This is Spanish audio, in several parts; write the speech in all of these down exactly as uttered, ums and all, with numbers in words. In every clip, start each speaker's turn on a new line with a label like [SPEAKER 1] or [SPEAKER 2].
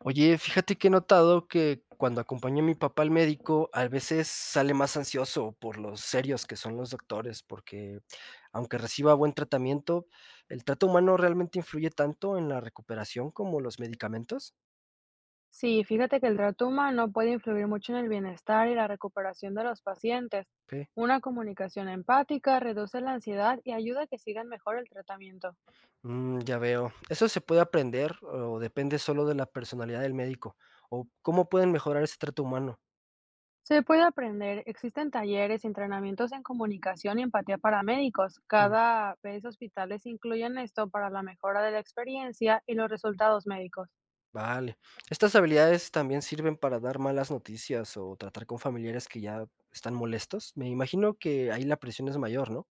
[SPEAKER 1] Oye, fíjate que he notado que cuando acompaño a mi papá al médico, a veces sale más ansioso por los serios que son los doctores, porque aunque reciba buen tratamiento, ¿el trato humano realmente influye tanto en la recuperación como los medicamentos?
[SPEAKER 2] Sí, fíjate que el trato humano puede influir mucho en el bienestar y la recuperación de los pacientes.
[SPEAKER 1] Ok,
[SPEAKER 2] Una comunicación empática reduce la ansiedad y ayuda a que sigan mejor el tratamiento.
[SPEAKER 1] mm, ya veo. ¿Eso se puede aprender o depende solo de la personalidad del médico? ¿O cómo pueden mejorar ese trato humano?
[SPEAKER 2] Se puede aprender, existen talleres y entrenamientos en comunicación y empatía para médicos.
[SPEAKER 1] Mm.
[SPEAKER 2] Cada vez hospitales incluyen esto para la mejora de la experiencia y los resultados médicos.
[SPEAKER 1] Vale. ¿Estas habilidades también sirven para dar malas noticias o tratar con familiares que ya están molestos? Me imagino que ahí la presión es mayor, ¿no?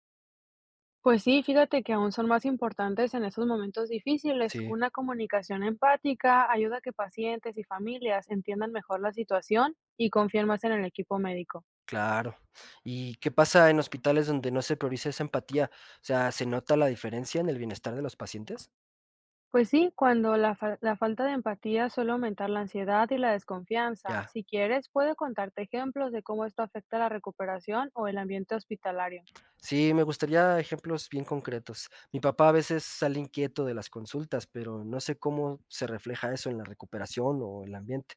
[SPEAKER 2] Pues sí, fíjate que aún son más importantes en esos momentos difíciles.
[SPEAKER 1] Sí,
[SPEAKER 2] Una comunicación empática ayuda a que pacientes y familias entiendan mejor la situación y confíen más en el equipo médico.
[SPEAKER 1] claro. ¿Y qué pasa en hospitales donde no se prioriza esa empatía? O sea, ¿se nota la diferencia en el bienestar de los pacientes?
[SPEAKER 2] Pues sí, cuando la, fal- la falta de empatía suele aumentar la ansiedad y la desconfianza.
[SPEAKER 1] Ya.
[SPEAKER 2] Si quieres, puedo contarte ejemplos de cómo esto afecta la recuperación o el ambiente hospitalario.
[SPEAKER 1] Sí, me gustaría ejemplos bien concretos. Mi papá a veces sale inquieto de las consultas, pero no sé cómo se refleja eso en la recuperación o el ambiente.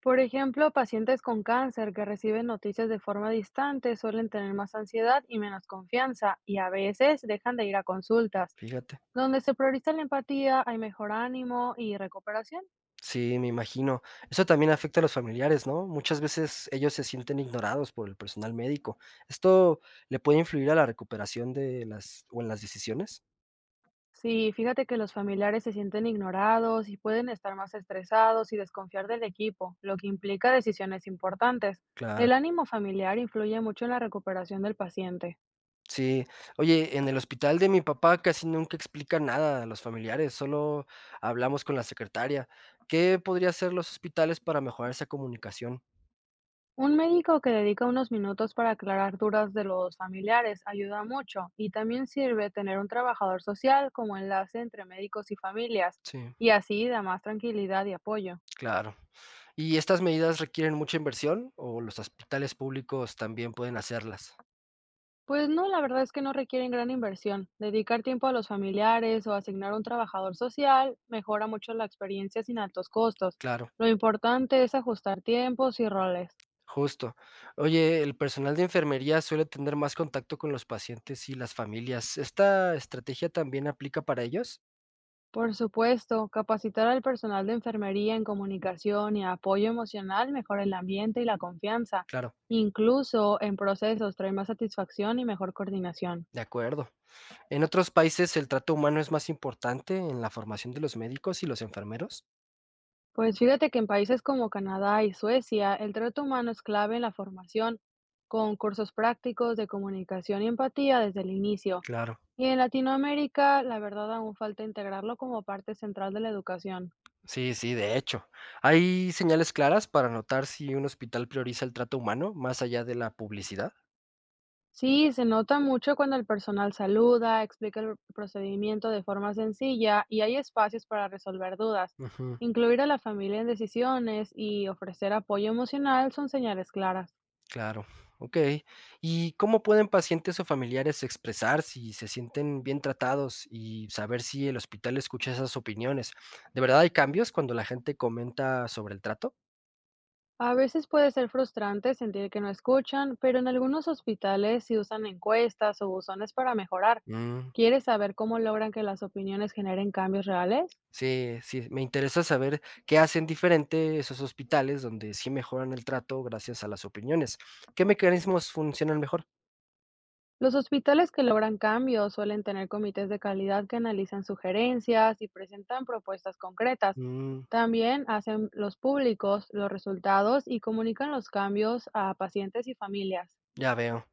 [SPEAKER 2] Por ejemplo, pacientes con cáncer que reciben noticias de forma distante suelen tener más ansiedad y menos confianza y a veces dejan de ir a consultas.
[SPEAKER 1] Fíjate.
[SPEAKER 2] Donde se prioriza la empatía, hay mejor ánimo y recuperación.
[SPEAKER 1] Sí, me imagino. Eso también afecta a los familiares, ¿no? Muchas veces ellos se sienten ignorados por el personal médico. ¿Esto le puede influir a la recuperación de las o en las decisiones?
[SPEAKER 2] Sí, fíjate que los familiares se sienten ignorados y pueden estar más estresados y desconfiar del equipo, lo que implica decisiones importantes.
[SPEAKER 1] Claro.
[SPEAKER 2] El ánimo familiar influye mucho en la recuperación del paciente.
[SPEAKER 1] Sí. Oye, en el hospital de mi papá casi nunca explica nada a los familiares, solo hablamos con la secretaria. ¿Qué podría hacer los hospitales para mejorar esa comunicación?
[SPEAKER 2] Un médico que dedica unos minutos para aclarar dudas de los familiares ayuda mucho y también sirve tener un trabajador social como enlace entre médicos y familias,
[SPEAKER 1] Sí,
[SPEAKER 2] y así da más tranquilidad y apoyo.
[SPEAKER 1] claro. ¿Y estas medidas requieren mucha inversión o los hospitales públicos también pueden hacerlas?
[SPEAKER 2] Pues no, la verdad es que no requieren gran inversión. Dedicar tiempo a los familiares o asignar un trabajador social mejora mucho la experiencia sin altos costos.
[SPEAKER 1] Claro.
[SPEAKER 2] Lo importante es ajustar tiempos y roles.
[SPEAKER 1] Justo. Oye, el personal de enfermería suele tener más contacto con los pacientes y las familias. ¿Esta estrategia también aplica para ellos?
[SPEAKER 2] Por supuesto, capacitar al personal de enfermería en comunicación y apoyo emocional mejora el ambiente y la confianza.
[SPEAKER 1] Claro,
[SPEAKER 2] Incluso en procesos trae más satisfacción y mejor coordinación.
[SPEAKER 1] de acuerdo. ¿En otros países el trato humano es más importante en la formación de los médicos y los enfermeros?
[SPEAKER 2] Pues fíjate que en países como Canadá y Suecia, el trato humano es clave en la formación, con cursos prácticos de comunicación y empatía desde el inicio.
[SPEAKER 1] Claro.
[SPEAKER 2] Y en Latinoamérica, la verdad, aún falta integrarlo como parte central de la educación.
[SPEAKER 1] Sí, sí, de hecho. ¿Hay señales claras para notar si un hospital prioriza el trato humano más allá de la publicidad?
[SPEAKER 2] Sí, se nota mucho cuando el personal saluda, explica el procedimiento de forma sencilla y hay espacios para resolver dudas.
[SPEAKER 1] Ujú.
[SPEAKER 2] Incluir a la familia en decisiones y ofrecer apoyo emocional son señales claras.
[SPEAKER 1] Claro, okey. ¿Y cómo pueden pacientes o familiares expresar si se sienten bien tratados y saber si el hospital escucha esas opiniones? ¿De verdad hay cambios cuando la gente comenta sobre el trato?
[SPEAKER 2] A veces puede ser frustrante sentir que no escuchan, pero en algunos hospitales sí usan encuestas o buzones para mejorar.
[SPEAKER 1] Mm,
[SPEAKER 2] ¿Quieres saber cómo logran que las opiniones generen cambios reales?
[SPEAKER 1] sí, sí, me interesa saber qué hacen diferente esos hospitales donde sí mejoran el trato gracias a las opiniones. ¿Qué mecanismos funcionan mejor?
[SPEAKER 2] Los hospitales que logran cambios suelen tener comités de calidad que analizan sugerencias y presentan propuestas concretas.
[SPEAKER 1] Mm,
[SPEAKER 2] También hacen los públicos los resultados y comunican los cambios a pacientes y familias.
[SPEAKER 1] ya veo.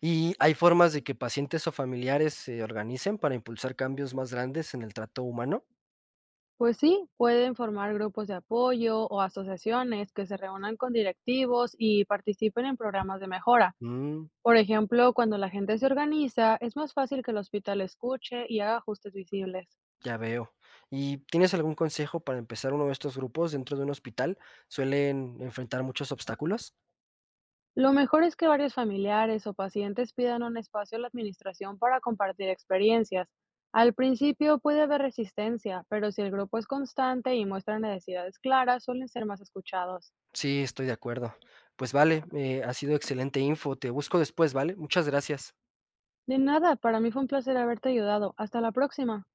[SPEAKER 1] ¿Y hay formas de que pacientes o familiares se organicen para impulsar cambios más grandes en el trato humano?
[SPEAKER 2] Pues sí, pueden formar grupos de apoyo o asociaciones que se reúnan con directivos y participen en programas de mejora.
[SPEAKER 1] Mm.
[SPEAKER 2] Por ejemplo, cuando la gente se organiza, es más fácil que el hospital escuche y haga ajustes visibles.
[SPEAKER 1] Ya veo. ¿Y tienes algún consejo para empezar uno de estos grupos dentro de un hospital? ¿Suelen enfrentar muchos obstáculos?
[SPEAKER 2] Lo mejor es que varios familiares o pacientes pidan un espacio a la administración para compartir experiencias. Al principio puede haber resistencia, pero si el grupo es constante y muestra necesidades claras, suelen ser más escuchados.
[SPEAKER 1] Sí, estoy de acuerdo. Pues vale, eh, ha sido excelente info. Te busco después, ¿vale? Muchas gracias.
[SPEAKER 2] De nada, para mí fue un placer haberte ayudado. Hasta la próxima.